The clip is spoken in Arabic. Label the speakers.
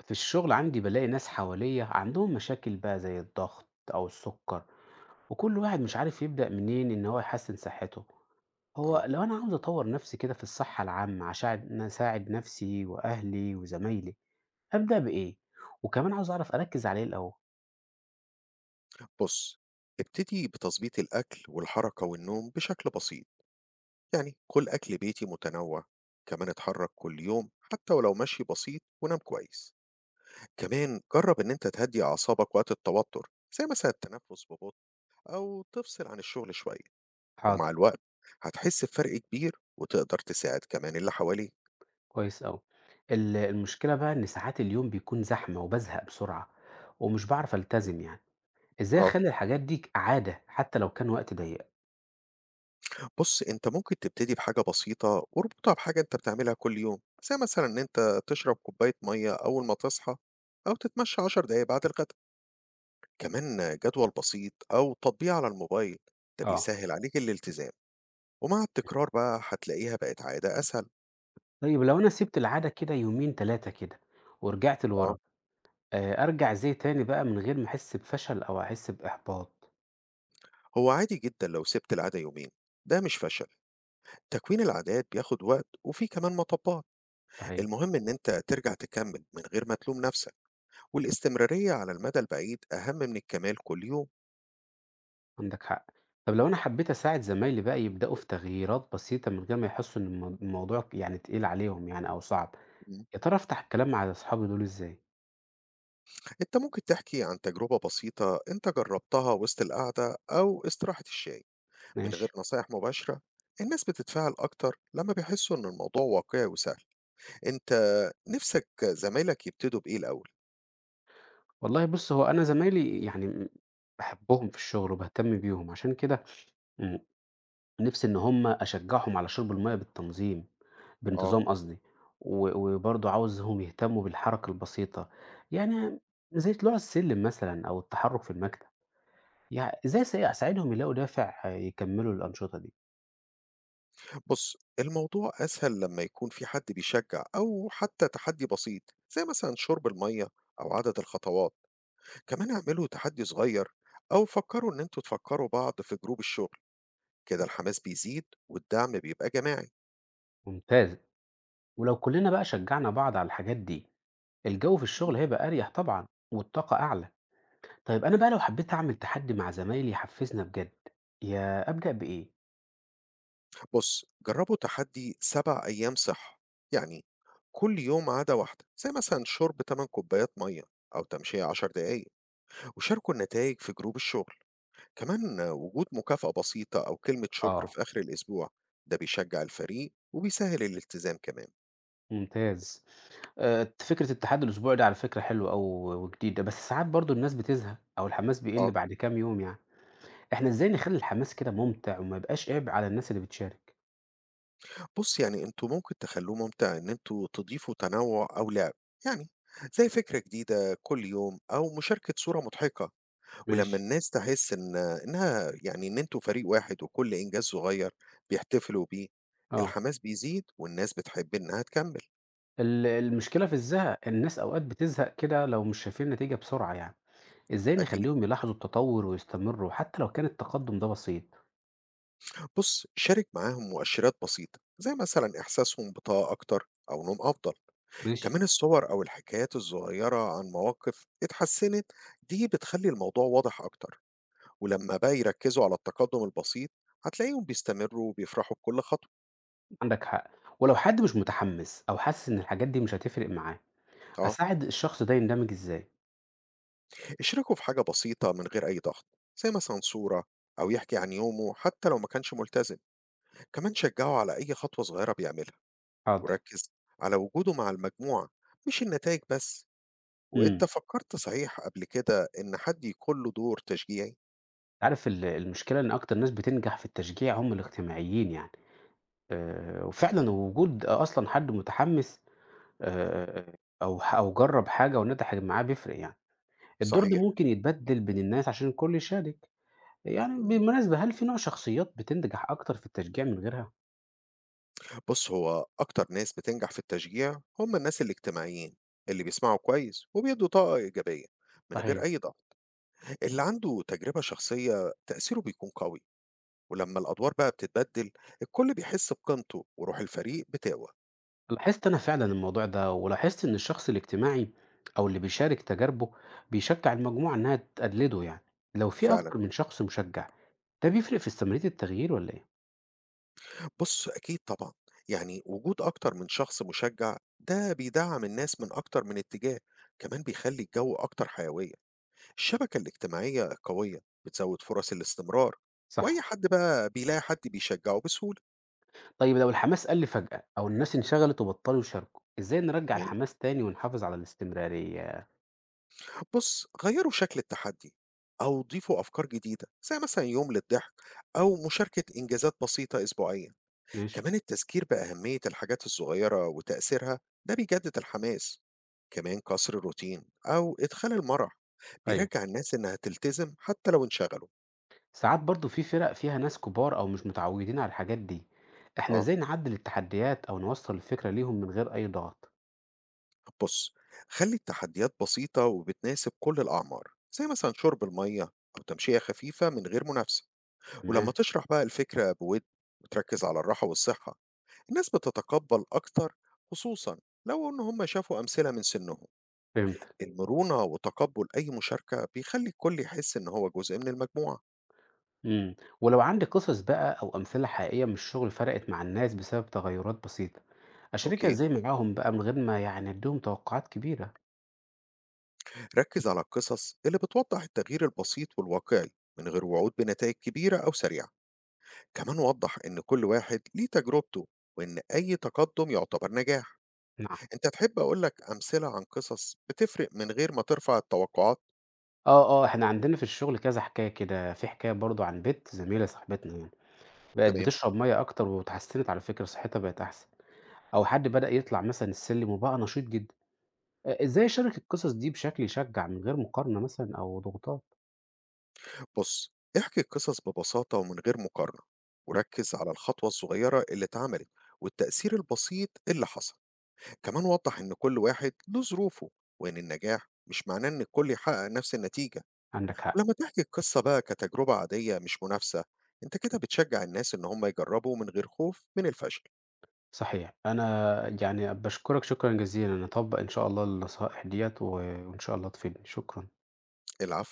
Speaker 1: في الشغل عندي بلاقي ناس حواليا عندهم مشاكل بقى زي الضغط أو السكر. وكل واحد مش عارف يبدأ منين إن هو يحسن صحته. هو
Speaker 2: آه.
Speaker 1: لو أنا عاوز أطور نفسي كده في الصحة العامة عشان أساعد نفسي وأهلي وزمايلي أبدأ بإيه؟ وكمان عاوز أعرف أركز عليه الأول.
Speaker 2: بُص، ابتدي بتضبيط الأكل والحركة والنوم بشكل بسيط، يعني كُل أكل بيتي متنوع، كمان اتحرك كل يوم حتى ولو مشي بسيط ونام كويس، كمان جرب إن أنت تهدّي أعصابك وقت التوتر، زي مثلًا التنفس ببطء أو تفصل عن الشغل شوية.
Speaker 1: حاضر.
Speaker 2: ومع الوقت هتحس بفرق كبير وتقدر تساعد كمان اللي حواليك.
Speaker 1: كويس أوي. المشكلة بقى إن ساعات اليوم بيكون زحمة وبزهق بسرعة ومش بعرف ألتزم يعني إزاي
Speaker 2: اه،
Speaker 1: أخلي الحاجات دي عادة حتى لو كان وقت ضيق؟
Speaker 2: بص انت ممكن تبتدي بحاجة بسيطة واربطها بحاجة انت بتعملها كل يوم، زي مثلا ان انت تشرب كوباية مية اول ما تصحى، او تتمشى 10 دقايق بعد الغداء. كمان جدول بسيط او تطبيق على الموبايل ده
Speaker 1: آه.
Speaker 2: بيسهل عليك الالتزام، ومع التكرار بقى هتلاقيها بقت عادة اسهل.
Speaker 1: طيب لو أنا سِبت العادة كده يومين 3 كده، ورجعت
Speaker 2: اه،
Speaker 1: لورا، أرجع إزاي تاني بقى من غير ما أحس بفشل أو أحس بإحباط؟
Speaker 2: هو عادي جدا لو سبت العادة يومين، ده مش فشل. تكوين العادات بياخد وقت وفيه كمان مطبات.
Speaker 1: صحيح.
Speaker 2: المهم إن أنت ترجع تكمل من غير ما تلوم نفسك، والاستمرارية على المدى البعيد أهم من الكمال كل يوم.
Speaker 1: عندك حق. طب لو أنا حبيت أساعد زمايلي بقى يبدأوا في تغييرات بسيطة من غير ما يحسوا إن الموضوع يعني تقيل عليهم يعني أو صعب،
Speaker 2: مم.
Speaker 1: يا ترى أفتح الكلام مع أصحابي دول إزاي؟
Speaker 2: أنت ممكن تحكي عن تجربة بسيطة أنت جربتها وسط القعدة أو استراحة الشاي من غير
Speaker 1: ماشي.
Speaker 2: نصايح مباشرة، الناس بتتفاعل أكتر لما بيحسوا إن الموضوع واقعي وسهل. أنت نفسك زمايلك يبتدوا بإيه الأول؟
Speaker 1: والله بُص، هو أنا زمايلي يعني باحبهم في الشغل وباهتم بيهم، عشان كده. إمم. نِفْسي إن هم أشجّعهم على شرب المَيّة بالتنظيم
Speaker 2: اه،
Speaker 1: بانتظام قصدي، و وبرضه عاوزهم يهتمّوا بالحركة البسيطة، يعني زي طلوع السلِّم مثلًا أو التحرُّك في المكتب، إزاي أساعدهم يلاقوا دافع يكمّلوا الأنشطة دي؟
Speaker 2: بص الموضوع أسهل لما يكون في حد بيشجع أو حتى تحدي بسيط، زي مثلا شرب المية أو عدد الخطوات. كمان اعملوا تحدي صغير، أو فكروا إن أنتوا تفكروا بعض في جروب الشغل، كده الحماس بيزيد والدعم بيبقى جماعي.
Speaker 1: ممتاز. ولو كُلّنا بقى شجّعنا بعض على الحاجات دي، الجو في
Speaker 2: مم.
Speaker 1: الشغل هيبقى أريح طبعًا والطاقة أعلى. طيب أنا بقى لو حبّيت أعمل تحدّي مع زمايلي يحفّزنا بجد، يا أبدأ بإيه؟
Speaker 2: بص جربوا تحدي 7 أيام صحة، يعني كل يوم عادة واحدة، زي مثلا شرب 8 كوبايات مية أو تمشية 10 دقايق، وشاركوا النتائج في جروب الشغل. كمان وجود مكافأة بسيطة أو كلمة شكر
Speaker 1: آه.
Speaker 2: في آخر الأسبوع ده بيشجع الفريق وبيسهل الالتزام كمان.
Speaker 1: ممتاز. فكرة التحدي الأسبوعي ده على فكرة حلوة أوي وجديدة، بس ساعات برضه الناس بتزهق أو الحماس بيقِل
Speaker 2: آه،
Speaker 1: بعد كام يوم يعني، إحنا إزاي نخلّي الحماس كده ممتع وما يبقاش عبء على الناس اللي بتشارك؟
Speaker 2: بُص، يعني أنتم ممكن تخلّوه ممتع إن أنتم تضيفوا تنوُّع أو لعب، يعني زي فكرة جديدة كل يوم أو مشاركة صورة مضحكة، ولمّا
Speaker 1: ماشي.
Speaker 2: الناس تحس إنها يعني إن أنتم فريق واحد وكل إنجاز صغير بيحتفلوا بيه،
Speaker 1: آه.
Speaker 2: الحماس بيزيد والناس بتحب إنها تكمّل.
Speaker 1: المشكلة في الزهق، الناس أوقات بتزهق كده لو مش شايفين نتيجة بسرعة يعني، إزاي
Speaker 2: أكيد.
Speaker 1: نخلّيهم يلاحظوا التطوُّر ويستمروا حتى لو كان التقدُّم ده بسيط؟
Speaker 2: بُص، شارك معاهم مؤشرات بسيطة، زي مثلًا إحساسهم بطاقة أكتر أو نوم أفضل،
Speaker 1: ماشي.
Speaker 2: كمان الصور أو الحكايات الصغيرة عن مواقف اتحسّنت دي بتخلّي الموضوع واضح أكتر. ولمّا بقى يركّزوا على التقدُّم البسيط، هتلاقيهم بيستمرّوا وبيفرحوا بكل خطوة.
Speaker 1: عندك حق. ولو حد مش متحمِّس أو حاسس إن الحاجات دي مش هتفرق معاه،
Speaker 2: آه.
Speaker 1: أساعد الشخص ده يندمج إزاي؟
Speaker 2: اشركه في حاجة بسيطة من غير أي ضغط، زي مثلًا صورة أو يحكي عن يومه حتى لو ما كانش ملتزم. كمان شجّعه على أي خطوة صغيرة بيعملها،
Speaker 1: حاضر.
Speaker 2: وركّز على وجوده مع المجموعة مش النتايج بس. وأنت
Speaker 1: إمم.
Speaker 2: فكّرت صحيح قبل كده إن حد يكون له دور تشجيعي؟
Speaker 1: عارف المشكلة إن أكتر ناس بتنجح في التشجيع هم الاجتماعيين يعني، وفعلًا وجود أصلًا حد متحمّس آآ، أو ح أو جرّب حاجة ونجحت معاه بيفرق يعني، الدور ده
Speaker 2: صحيح.
Speaker 1: ممكن يتبدل بين الناس عشان الكل يشارك، يعني
Speaker 2: إمم.
Speaker 1: بالمناسبة هل في نوع شخصيات بتنجح أكتر في التشجيع من غيرها؟
Speaker 2: بُص، هو أكتر ناس بتنجح في التشجيع هم الناس الاجتماعيين، اللي بيسمعوا كويس وبيدّوا طاقة إيجابية من غير
Speaker 1: صحيح.
Speaker 2: أي ضغط. اللي عنده تجربة شخصية تأثيره بيكون قوي، ولما الأدوار بقى بتتبدل الكل بيحس بقيمته وروح الفريق بتقوى.
Speaker 1: لاحظت أنا فعلًا الموضوع ده، ولاحظت إن الشخص الاجتماعي أو اللي بيشارك تجاربه بيشجع المجموعة إنها تقلده يعني، لو في
Speaker 2: فعلا.
Speaker 1: أكتر من شخص مشجع ده بيفرق في استمرارية التغيير والّا إيه؟
Speaker 2: بص أكيد طبعا، يعني وجود أكتر من شخص مشجع ده بيدعم الناس من أكتر من اتجاه، كمان بيخلي الجو أكتر حيوية. الشبكة الاجتماعية قوية بتزود فرص الاستمرار، وأي
Speaker 1: صح.
Speaker 2: حد بقى بيلاقي حد بيشجعه بسهولة.
Speaker 1: طيب لو الحماس قل فجأة أو الناس انشغلت وبطلوا يشاركوا، إزاي نرجع الحماس تاني ونحافظ على الاستمرارية؟
Speaker 2: بُص، غيّروا شكل التحدي أو ضيفوا أفكار جديدة، زي مثلًا يوم للضحك أو مشاركة إنجازات بسيطة أسبوعيًا.
Speaker 1: ماشي.
Speaker 2: كمان التذكير بأهمية الحاجات الصغيرة وتأثيرها، ده بيجدد الحماس. كمان كسر الروتين أو إدخال المرح،
Speaker 1: أيوه.
Speaker 2: بيرجّع الناس إنها تلتزم حتى لو انشغلوا.
Speaker 1: ساعات برضه في فرق فيها ناس كبار أو مش متعودين على الحاجات دي، إحنا
Speaker 2: آه،
Speaker 1: إزاي نعدل التحديات أو نوصل الفكرة ليهم من غير أي ضغط؟
Speaker 2: بُص، خلّي التحديات بسيطة وبتناسب كل الأعمار، زي مثلًا شرب المَيّة أو تمشية خفيفة من غير منافسة. ولمّا
Speaker 1: تمام.
Speaker 2: تشرح بقى الفكرة بود وتركّز على الراحة والصحة الناس بتتقبل أكتر، خصوصا لو إن هم شافوا أمثلة من سنهم.
Speaker 1: فهمت.
Speaker 2: المرونة وتقبل أي مشاركة بيخلي الكل يحس إن هو جزء من المجموعة.
Speaker 1: إمم، ولو عندي قصص بقى أو أمثلة حقيقية من الشغل فرقت مع الناس بسبب تغيرات بسيطة، أشاركها
Speaker 2: أوكي،
Speaker 1: إزاي معاهم بقى من غير ما يعني أديهم توقعات كبيرة؟
Speaker 2: ركز على القصص اللي بتوضح التغيير البسيط والواقعي من غير وعود بنتائج كبيرة أو سريعة. كمان وضح إن كل واحد ليه تجربته، وإن أي تقدم يعتبر نجاح.
Speaker 1: نعم.
Speaker 2: أنت تحب أقولك أمثلة عن قصص بتفرق من غير ما ترفع التوقعات؟
Speaker 1: آه، آه، إحنا عندنا في الشغل كذا حكاية كده، في حكاية برضه عن بنت زميلة صاحبتنا يعني. بقت
Speaker 2: تمام،
Speaker 1: بتشرب مَيّة أكتر واتحسّنت على فكرة صحّتها بقت أحسن، أو حد بدأ يطلع مثلًا السلِّم وبقى نشيط جدًا، إزاي أشارك القصص دي بشكل يشجّع من غير مقارنة مثلًا أو ضغوطات؟
Speaker 2: بص احكي القصص ببساطة ومن غير مقارنة، وركز على الخطوة الصغيرة اللي اتعملت والتأثير البسيط اللي حصل. كمان وضح إن كل واحد له ظروفه، وإن النجاح مش معناه إن الكل يحقق نفس النتيجة.
Speaker 1: عندك حق،
Speaker 2: ولما تحكي القصة بقى كتجربة عادية مش منافسة، انت كده بتشجع الناس ان هم يجربوا من غير خوف من الفشل.
Speaker 1: صحيح، أنا يعني باشكرك شكرًا جزيلًا، أنا هاطبّق إن شاء الله النصائح ديّة وإن شاء الله تفيدني، شكرًا.
Speaker 2: العفو.